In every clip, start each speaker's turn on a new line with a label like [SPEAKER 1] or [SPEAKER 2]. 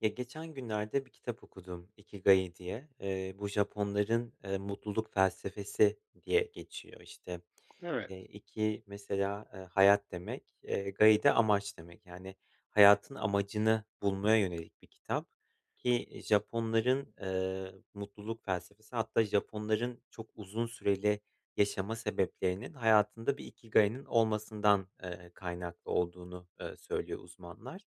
[SPEAKER 1] Ya, geçen günlerde bir kitap okudum, Ikigai diye. Bu Japonların, mutluluk felsefesi diye geçiyor. İşte
[SPEAKER 2] Evet,
[SPEAKER 1] iki mesela, hayat demek, gai de amaç demek. Yani hayatın amacını bulmaya yönelik bir kitap ki Japonların, mutluluk felsefesi hatta Japonların çok uzun süreli yaşama sebeplerinin hayatında bir ikigai'nin olmasından, kaynaklı olduğunu, söylüyor uzmanlar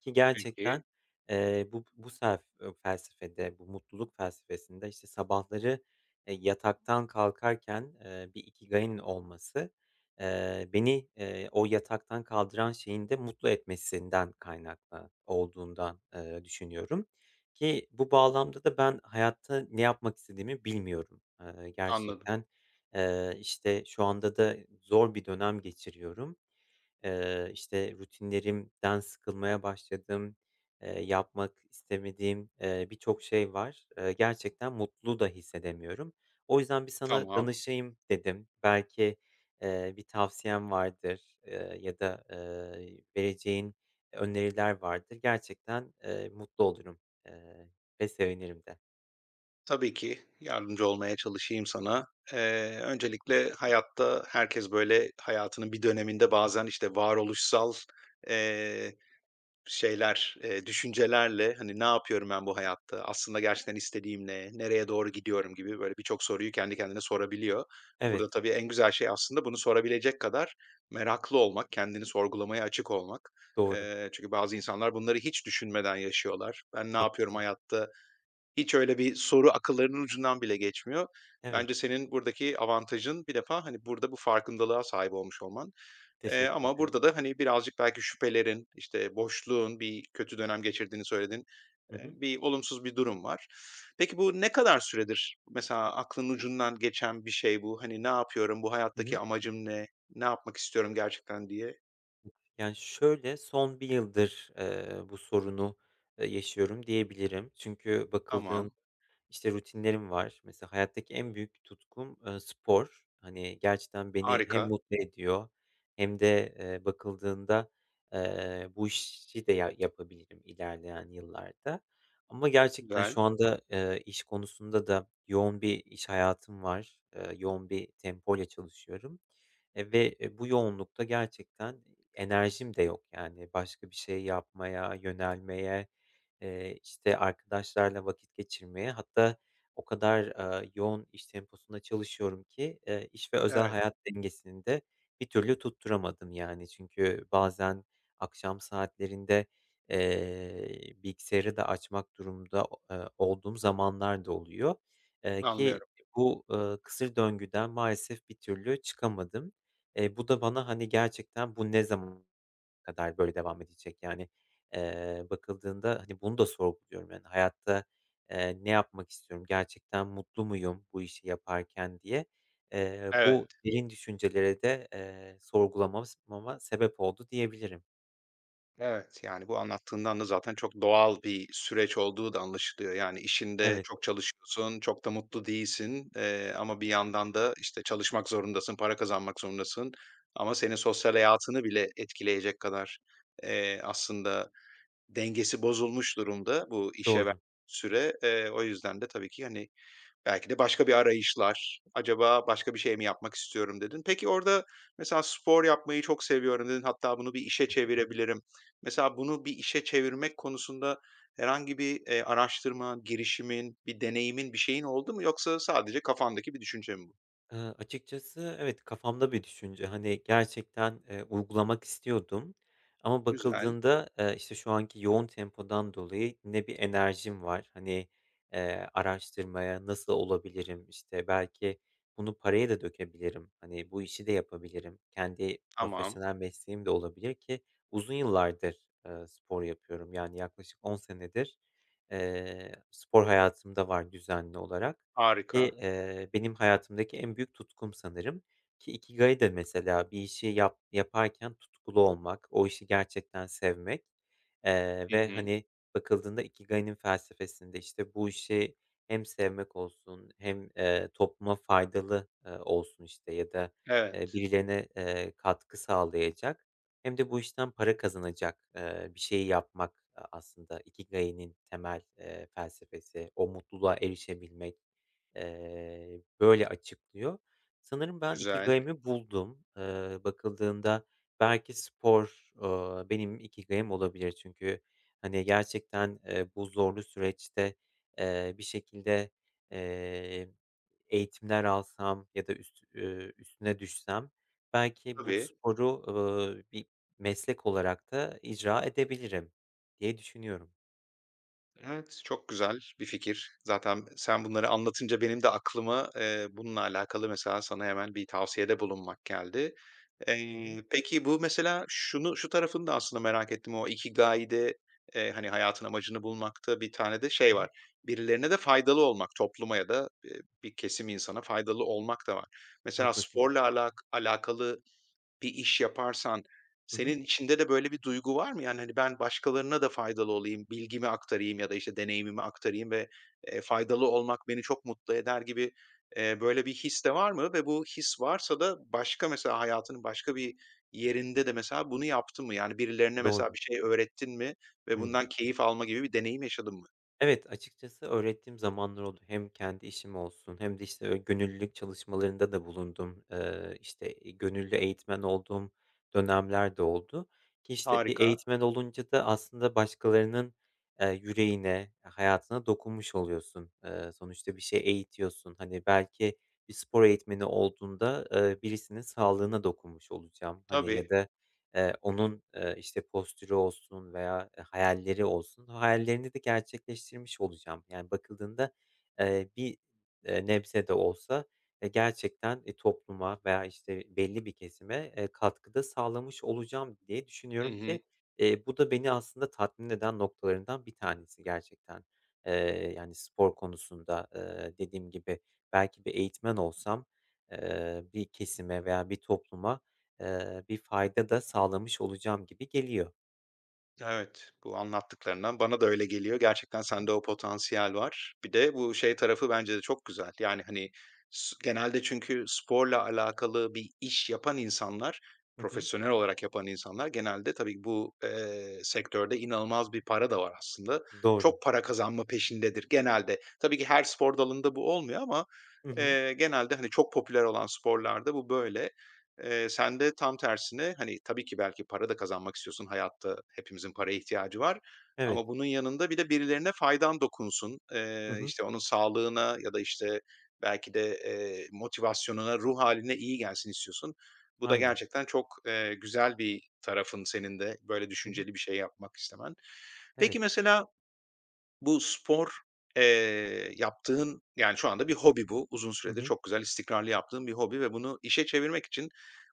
[SPEAKER 1] ki gerçekten.
[SPEAKER 2] peki,
[SPEAKER 1] Bu self felsefede, bu mutluluk felsefesinde, işte, sabahları, yataktan kalkarken, bir ikigayın olması, beni, o yataktan kaldıran şeyin de mutlu etmesinden kaynaklı olduğundan, düşünüyorum ki bu bağlamda da ben hayatta ne yapmak istediğimi bilmiyorum.
[SPEAKER 2] anladım.
[SPEAKER 1] Gerçekten, işte, şu anda da zor bir dönem geçiriyorum. İşte, rutinlerimden sıkılmaya başladım, yapmak istemediğim, birçok şey var. Gerçekten mutlu da hissedemiyorum. O yüzden bir sana
[SPEAKER 2] Tamam.
[SPEAKER 1] danışayım dedim. Belki, bir tavsiyen vardır, ya da, vereceğin öneriler vardır. Gerçekten, mutlu olurum, eee, ve sevinirim de.
[SPEAKER 2] Tabii ki yardımcı olmaya çalışayım sana. Öncelikle hayatta herkes, böyle, hayatının bir döneminde bazen, işte, varoluşsal, eee Şeyler, düşüncelerle, hani, "Ne yapıyorum ben bu hayatta? Aslında gerçekten istediğim ne? Nereye doğru gidiyorum?" gibi böyle birçok soruyu kendi kendine sorabiliyor.
[SPEAKER 1] Evet,
[SPEAKER 2] Burada tabii en güzel şey aslında bunu sorabilecek kadar meraklı olmak, kendini sorgulamaya açık olmak.
[SPEAKER 1] doğru,
[SPEAKER 2] Çünkü bazı insanlar bunları hiç düşünmeden yaşıyorlar. "Ben ne yapıyorum
[SPEAKER 1] haklısın.
[SPEAKER 2] hayatta?" Hiç öyle bir soru akıllarının ucundan bile geçmiyor.
[SPEAKER 1] Evet,
[SPEAKER 2] Bence senin buradaki avantajın bir defa, hani, burada bu farkındalığa sahip olmuş olman.
[SPEAKER 1] teşekkür
[SPEAKER 2] Ama
[SPEAKER 1] ederim.
[SPEAKER 2] burada da, hani, birazcık belki şüphelerin, işte, boşluğun, bir kötü dönem geçirdiğini söyledin.
[SPEAKER 1] Hı hı.
[SPEAKER 2] Bir olumsuz bir durum var. Peki bu ne kadar süredir mesela aklının ucundan geçen bir şey bu? Hani, "Ne yapıyorum? Bu
[SPEAKER 1] Hı hı.
[SPEAKER 2] hayattaki amacım ne? Ne yapmak istiyorum gerçekten?" diye.
[SPEAKER 1] Yani, şöyle, son bir yıldır, bu sorunu, yaşıyorum diyebilirim. Çünkü bakıldığında,
[SPEAKER 2] Tamam,
[SPEAKER 1] işte, rutinlerim var. Mesela hayattaki en büyük tutkum, spor. Hani, gerçekten beni hem
[SPEAKER 2] harika,
[SPEAKER 1] mutlu ediyor hem de, bakıldığında, bu işi de ya yapabilirim ilerleyen yıllarda. Ama gerçekten şu
[SPEAKER 2] güzel.
[SPEAKER 1] anda, iş konusunda da yoğun bir iş hayatım var. Yoğun bir tempoyla çalışıyorum, ve, bu yoğunlukta gerçekten, enerjim de yok yani. Başka bir şey yapmaya, yönelmeye, işte, arkadaşlarla vakit geçirmeye hatta o kadar, yoğun iş temposunda çalışıyorum ki, iş ve özel
[SPEAKER 2] Evet,
[SPEAKER 1] hayat dengesini de bir türlü tutturamadım yani. Çünkü bazen akşam saatlerinde, bilgisayarı da açmak durumunda o olduğum zamanlar da oluyor, ki
[SPEAKER 2] anlıyorum.
[SPEAKER 1] bu kısır döngüden maalesef bir türlü çıkamadım. Bu da bana, hani, gerçekten bu ne zaman kadar böyle devam edecek? Yani, bakıldığında, hani, bunu da sorguluyorum. Yani, hayatta, ne yapmak istiyorum? Gerçekten mutlu muyum bu işi yaparken diye. Bu
[SPEAKER 2] Evet.
[SPEAKER 1] derin düşüncelere de, sorgulamamız mama sebep oldu diyebilirim.
[SPEAKER 2] Evet, yani, bu anlattığından da zaten çok doğal bir süreç olduğu da anlaşılıyor. Yani, işinde
[SPEAKER 1] Evet,
[SPEAKER 2] çok çalışıyorsun, çok da mutlu değilsin, ama bir yandan da, işte, çalışmak zorundasın, para kazanmak zorundasın ama senin sosyal hayatını bile etkileyecek kadar, aslında dengesi bozulmuş durumda bu işe verdiğin
[SPEAKER 1] doğru.
[SPEAKER 2] süre. O yüzden de tabii ki, hani, belki de başka bir arayışlar, acaba başka bir şey mi yapmak istiyorum dedin. Peki orada mesela spor yapmayı çok seviyorum dedin, hatta bunu bir işe
[SPEAKER 1] Hı hı.
[SPEAKER 2] çevirebilirim. Mesela bunu bir işe çevirmek konusunda herhangi bir, araştırma, girişimin, bir deneyimin, bir şeyin oldu mu yoksa sadece kafandaki bir düşünce mi bu?
[SPEAKER 1] Açıkçası evet, kafamda bir düşünce. Hani, gerçekten, uygulamak istiyordum ama
[SPEAKER 2] Güzel,
[SPEAKER 1] bakıldığında, işte, şu anki yoğun tempodan dolayı ne bir enerjim var. Hani, araştırmaya nasıl olabilirim, işte, belki bunu paraya da dökebilirim. Hani, bu işi de yapabilirim. Kendi
[SPEAKER 2] tamam,
[SPEAKER 1] profesyonel mesleğim de olabilir ki uzun yıllardır, spor yapıyorum. Yani yaklaşık 10 senedir, spor hayatımda var düzenli olarak. Ki,
[SPEAKER 2] harika.
[SPEAKER 1] benim hayatımdaki en büyük tutkum sanırım ki ikigai de mesela bir işi yaparken tutkulu olmak, o işi gerçekten sevmek,
[SPEAKER 2] Hı
[SPEAKER 1] ve,
[SPEAKER 2] hı.
[SPEAKER 1] hani, bakıldığında ikigai'nin felsefesinde, işte, bu işi hem sevmek olsun hem, topluma faydalı, olsun, işte, ya da,
[SPEAKER 2] Evet,
[SPEAKER 1] birilerine, katkı sağlayacak hem de bu işten para kazanacak, bir şeyi yapmak aslında ikigai'nin temel, felsefesi, o mutluluğa erişebilmek. Böyle açıklıyor. Sanırım ben
[SPEAKER 2] güzel,
[SPEAKER 1] ikigayımı buldum. Bakıldığında belki spor, benim ikigayım olabilir. Çünkü, hani, gerçekten, bu zorlu süreçte, bir şekilde, eee, eğitimler alsam ya da üstüne düşsem belki bu
[SPEAKER 2] tabii.
[SPEAKER 1] sporu, bir meslek olarak da icra edebilirim diye düşünüyorum.
[SPEAKER 2] Evet, çok güzel bir fikir. Zaten sen bunları anlatınca benim de aklıma, bununla alakalı mesela sana hemen bir tavsiyede bulunmak geldi.
[SPEAKER 1] Hı hı.
[SPEAKER 2] Peki bu mesela şu tarafını da aslında merak ettim. O ikigai'de, hani, hayatın amacını bulmakta bir tane de şey
[SPEAKER 1] Hı
[SPEAKER 2] var.
[SPEAKER 1] hı.
[SPEAKER 2] Birilerine de faydalı olmak, topluma ya da, bir kesim insana faydalı olmak da var. Mesela
[SPEAKER 1] Haklısın.
[SPEAKER 2] sporla alak alakalı bir iş yaparsan
[SPEAKER 1] Hı hı.
[SPEAKER 2] senin içinde de böyle bir duygu var mı? Yani, hani, ben başkalarına da faydalı olayım, bilgimi aktarayım ya da, işte, deneyimimi aktarayım ve, faydalı olmak beni çok mutlu eder gibi, böyle bir his de var mı? Ve bu his varsa da başka mesela hayatının başka bir yerinde de mesela bunu yaptın mı? Yani, birilerine mesela
[SPEAKER 1] Doğru.
[SPEAKER 2] bir şey öğrettin mi ve
[SPEAKER 1] Hıı.
[SPEAKER 2] bundan keyif alma gibi bir deneyim yaşadın mı?
[SPEAKER 1] Evet, açıkçası öğrettiğim zamanlar oldu. Hem kendi işim olsun hem de, işte, öyle gönüllülük çalışmalarında da bulundum. İşte, gönüllü eğitmen olduğum dönemler de oldu ki, işte, bir
[SPEAKER 2] Harika.
[SPEAKER 1] eğitmen olunca da aslında başkalarının, yüreğine, hayatına dokunmuş oluyorsun. Sonuçta bir şey eğitiyorsun. Hani, belki bir spor eğitmeni olduğunda, birisinin sağlığına dokunmuş olacağım, hani, ya
[SPEAKER 2] Tabii.
[SPEAKER 1] da. Onun, işte, postürü olsun veya, hayalleri olsun, hayallerini de gerçekleştirmiş olacağım. Yani bakıldığında, eee, bir, nebze de olsa, gerçekten, topluma veya, işte, belli bir kesime, katkıda sağlamış olacağım diye
[SPEAKER 2] Hı
[SPEAKER 1] düşünüyorum
[SPEAKER 2] hı.
[SPEAKER 1] ki, bu da beni aslında tatmin eden noktalarından bir tanesi gerçekten. Yani spor konusunda, dediğim gibi belki bir eğitmen olsam, bir kesime veya bir topluma bir fayda da sağlamış olacağım gibi geliyor.
[SPEAKER 2] Evet, bu anlattıklarından bana da öyle geliyor. Gerçekten
[SPEAKER 1] Hı
[SPEAKER 2] sende
[SPEAKER 1] hı.
[SPEAKER 2] o potansiyel var. Bir de bu şey tarafı bence de çok güzel. Yani, hani, s genelde çünkü sporla alakalı bir iş yapan insanlar,
[SPEAKER 1] Hı hı.
[SPEAKER 2] profesyonel olarak yapan insanlar genelde tabii bu, sektörde inanılmaz bir para da var aslında.
[SPEAKER 1] Doğru.
[SPEAKER 2] Çok para kazanma peşindedir genelde. Tabii ki her spor dalında bu olmuyor ama,
[SPEAKER 1] Hı hı.
[SPEAKER 2] genelde, hani, çok popüler olan sporlarda bu böyle. Sen de tam tersine, hani, tabii ki belki para da kazanmak istiyorsun, hayatta hepimizin paraya ihtiyacı var
[SPEAKER 1] Evet.
[SPEAKER 2] ama bunun yanında bir de birilerine faydan dokunsun.
[SPEAKER 1] Hı hı.
[SPEAKER 2] İşte, onun sağlığına ya da, işte, belki de, motivasyonuna, ruh haline iyi gelsin istiyorsun. Bu da
[SPEAKER 1] Aynen.
[SPEAKER 2] gerçekten çok, güzel bir tarafın senin de, böyle
[SPEAKER 1] Hı hı.
[SPEAKER 2] düşünceli bir şey yapmak istemen. Peki,
[SPEAKER 1] Evet.
[SPEAKER 2] mesela bu spor, yaptığın, yani, şu anda bir hobi bu. Uzun
[SPEAKER 1] Hı
[SPEAKER 2] süredir
[SPEAKER 1] hı.
[SPEAKER 2] çok güzel istikrarlı yaptığın bir hobi ve bunu işe çevirmek için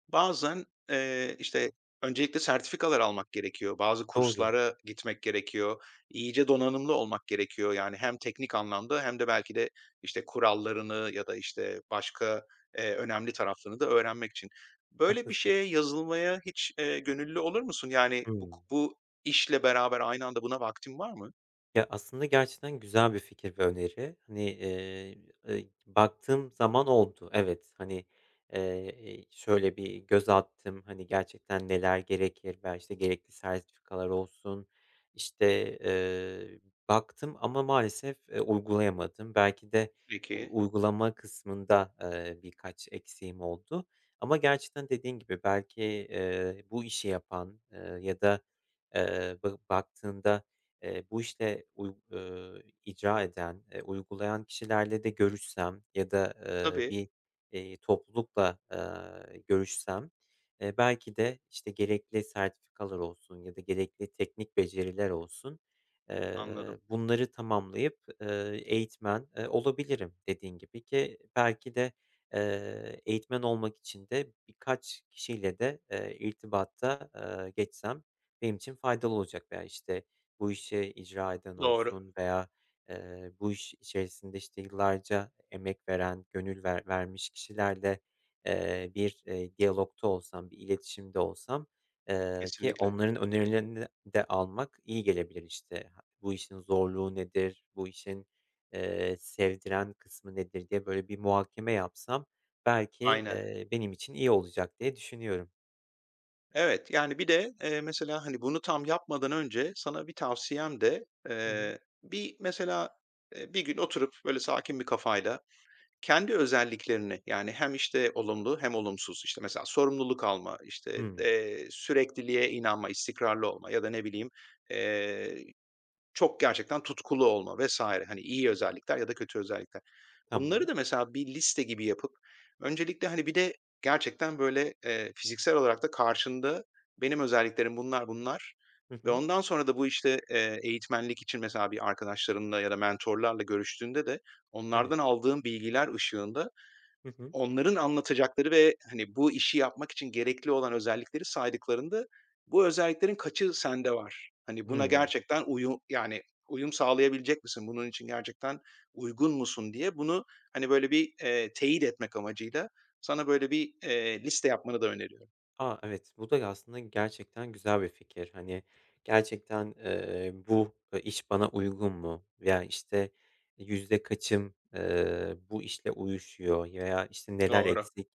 [SPEAKER 2] bazen, işte, öncelikle sertifikalar almak gerekiyor. Bazı
[SPEAKER 1] Doğru.
[SPEAKER 2] kurslara gitmek gerekiyor. İyice donanımlı olmak gerekiyor. Yani, hem teknik anlamda hem de belki de, işte, kurallarını ya da, işte, başka, önemli taraflarını da öğrenmek için. Böyle bir
[SPEAKER 1] Haklısın.
[SPEAKER 2] şeye yazılmaya hiç, gönüllü olur musun? Yani, bu
[SPEAKER 1] Hıı.
[SPEAKER 2] bu işle beraber aynı anda buna vaktin var mı
[SPEAKER 1] Ya, aslında gerçekten güzel bir fikir ve öneri. Hani, baktığım zaman oldu. Evet, hani, şöyle bir göz attım, hani, gerçekten neler gerekir belki işte, gerekli sertifikalar olsun, işte, eee, baktım ama maalesef, uygulayamadım. Belki de
[SPEAKER 2] peki?
[SPEAKER 1] uygulama kısmında, birkaç eksiğim oldu ama gerçekten dediğin gibi belki, bu işi yapan, ya da, ba baktığında. Bu işte uy icra eden, uygulayan kişilerle de görüşsem ya da,
[SPEAKER 2] Tabii,
[SPEAKER 1] bir, toplulukla, görüşsem, belki de, işte, gerekli sertifikalar olsun ya da gerekli teknik beceriler olsun,
[SPEAKER 2] anladım.
[SPEAKER 1] bunları tamamlayıp, eğitmen, olabilirim dediğin gibi ki belki de, eğitmen olmak için de birkaç kişiyle de, irtibata, geçsem benim için faydalı olacak veya, işte, bu işi icra eden
[SPEAKER 2] Doğru,
[SPEAKER 1] olsun veya, bu iş içerisinde, işte, yıllarca emek veren, gönül ver vermiş kişilerle, bir, diyalogta olsam, bir iletişimde olsam, ki
[SPEAKER 2] kesinlikle.
[SPEAKER 1] onların önerilerini de almak iyi gelebilir, işte. Ha bu işin zorluğu nedir, bu işin, sevdiren kısmı nedir diye böyle bir muhakeme yapsam belki,
[SPEAKER 2] Aynen.
[SPEAKER 1] benim için iyi olacak diye düşünüyorum.
[SPEAKER 2] Evet, yani bir de, mesela, hani, bunu tam yapmadan önce sana bir tavsiyem de,
[SPEAKER 1] Hı hı.
[SPEAKER 2] bir mesela, bir gün oturup böyle sakin bir kafayla kendi özelliklerini, yani, hem, işte, olumlu hem olumsuz, işte, mesela sorumluluk alma, işte,
[SPEAKER 1] Hımm.
[SPEAKER 2] sürekliliğe inanma, istikrarlı olma ya da ne bileyim, eee Çok gerçekten tutkulu olma vesaire, hani iyi özellikler ya da kötü özellikler. Bunları
[SPEAKER 1] Tamam.
[SPEAKER 2] da mesela bir liste gibi yapıp öncelikle, hani, bir de gerçekten, böyle, fiziksel olarak da karşında benim özelliklerim bunlar, bunlar
[SPEAKER 1] Hı
[SPEAKER 2] ve
[SPEAKER 1] hı.
[SPEAKER 2] ondan sonra da bu, işte, eğitmenlik için mesela bir arkadaşlarımla ya da mentorlarla görüştüğünde de
[SPEAKER 1] Evet.
[SPEAKER 2] onlardan aldığım bilgiler ışığında
[SPEAKER 1] Hı hı.
[SPEAKER 2] onların anlatacakları ve, hani, bu işi yapmak için gerekli olan özellikleri saydıklarında, bu özelliklerin kaçı sende var? Hani, buna
[SPEAKER 1] Hımm.
[SPEAKER 2] gerçekten uyum yani, uyum sağlayabilecek misin? Bunun için gerçekten uygun musun diye bunu, hani, böyle bir, teyit etmek amacıyla sana böyle bir, liste yapmanı da öneriyorum.
[SPEAKER 1] A, evet, bu da aslında gerçekten güzel bir fikir. Hani, gerçekten, bu, iş bana uygun mu veya, işte, yüzde kaçım, bu işle uyuşuyor veya, işte, neler
[SPEAKER 2] Doğru.
[SPEAKER 1] eksik?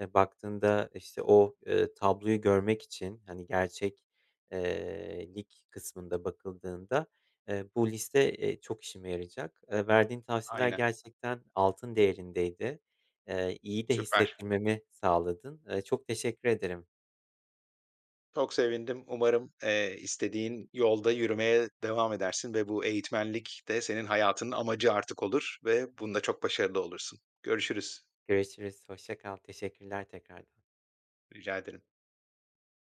[SPEAKER 1] Baktığında, işte, tabloyu görmek için, hani, gerçek lik kısmında bakıldığında, bu liste, çok işime yarayacak. Verdiğin tavsiyeler
[SPEAKER 2] Aynen.
[SPEAKER 1] gerçekten altın değerindeydi. İyi de
[SPEAKER 2] Süper.
[SPEAKER 1] hissettirmemi sağladın. Çok teşekkür ederim.
[SPEAKER 2] Çok sevindim. Umarım, istediğin yolda yürümeye devam edersin ve bu eğitmenlik de senin hayatının amacı artık olur ve
[SPEAKER 1] Hı.
[SPEAKER 2] bunda çok başarılı olursun. Görüşürüz.
[SPEAKER 1] Görüşürüz. Hoşça kal. Teşekkürler tekrardan.
[SPEAKER 2] Rica ederim.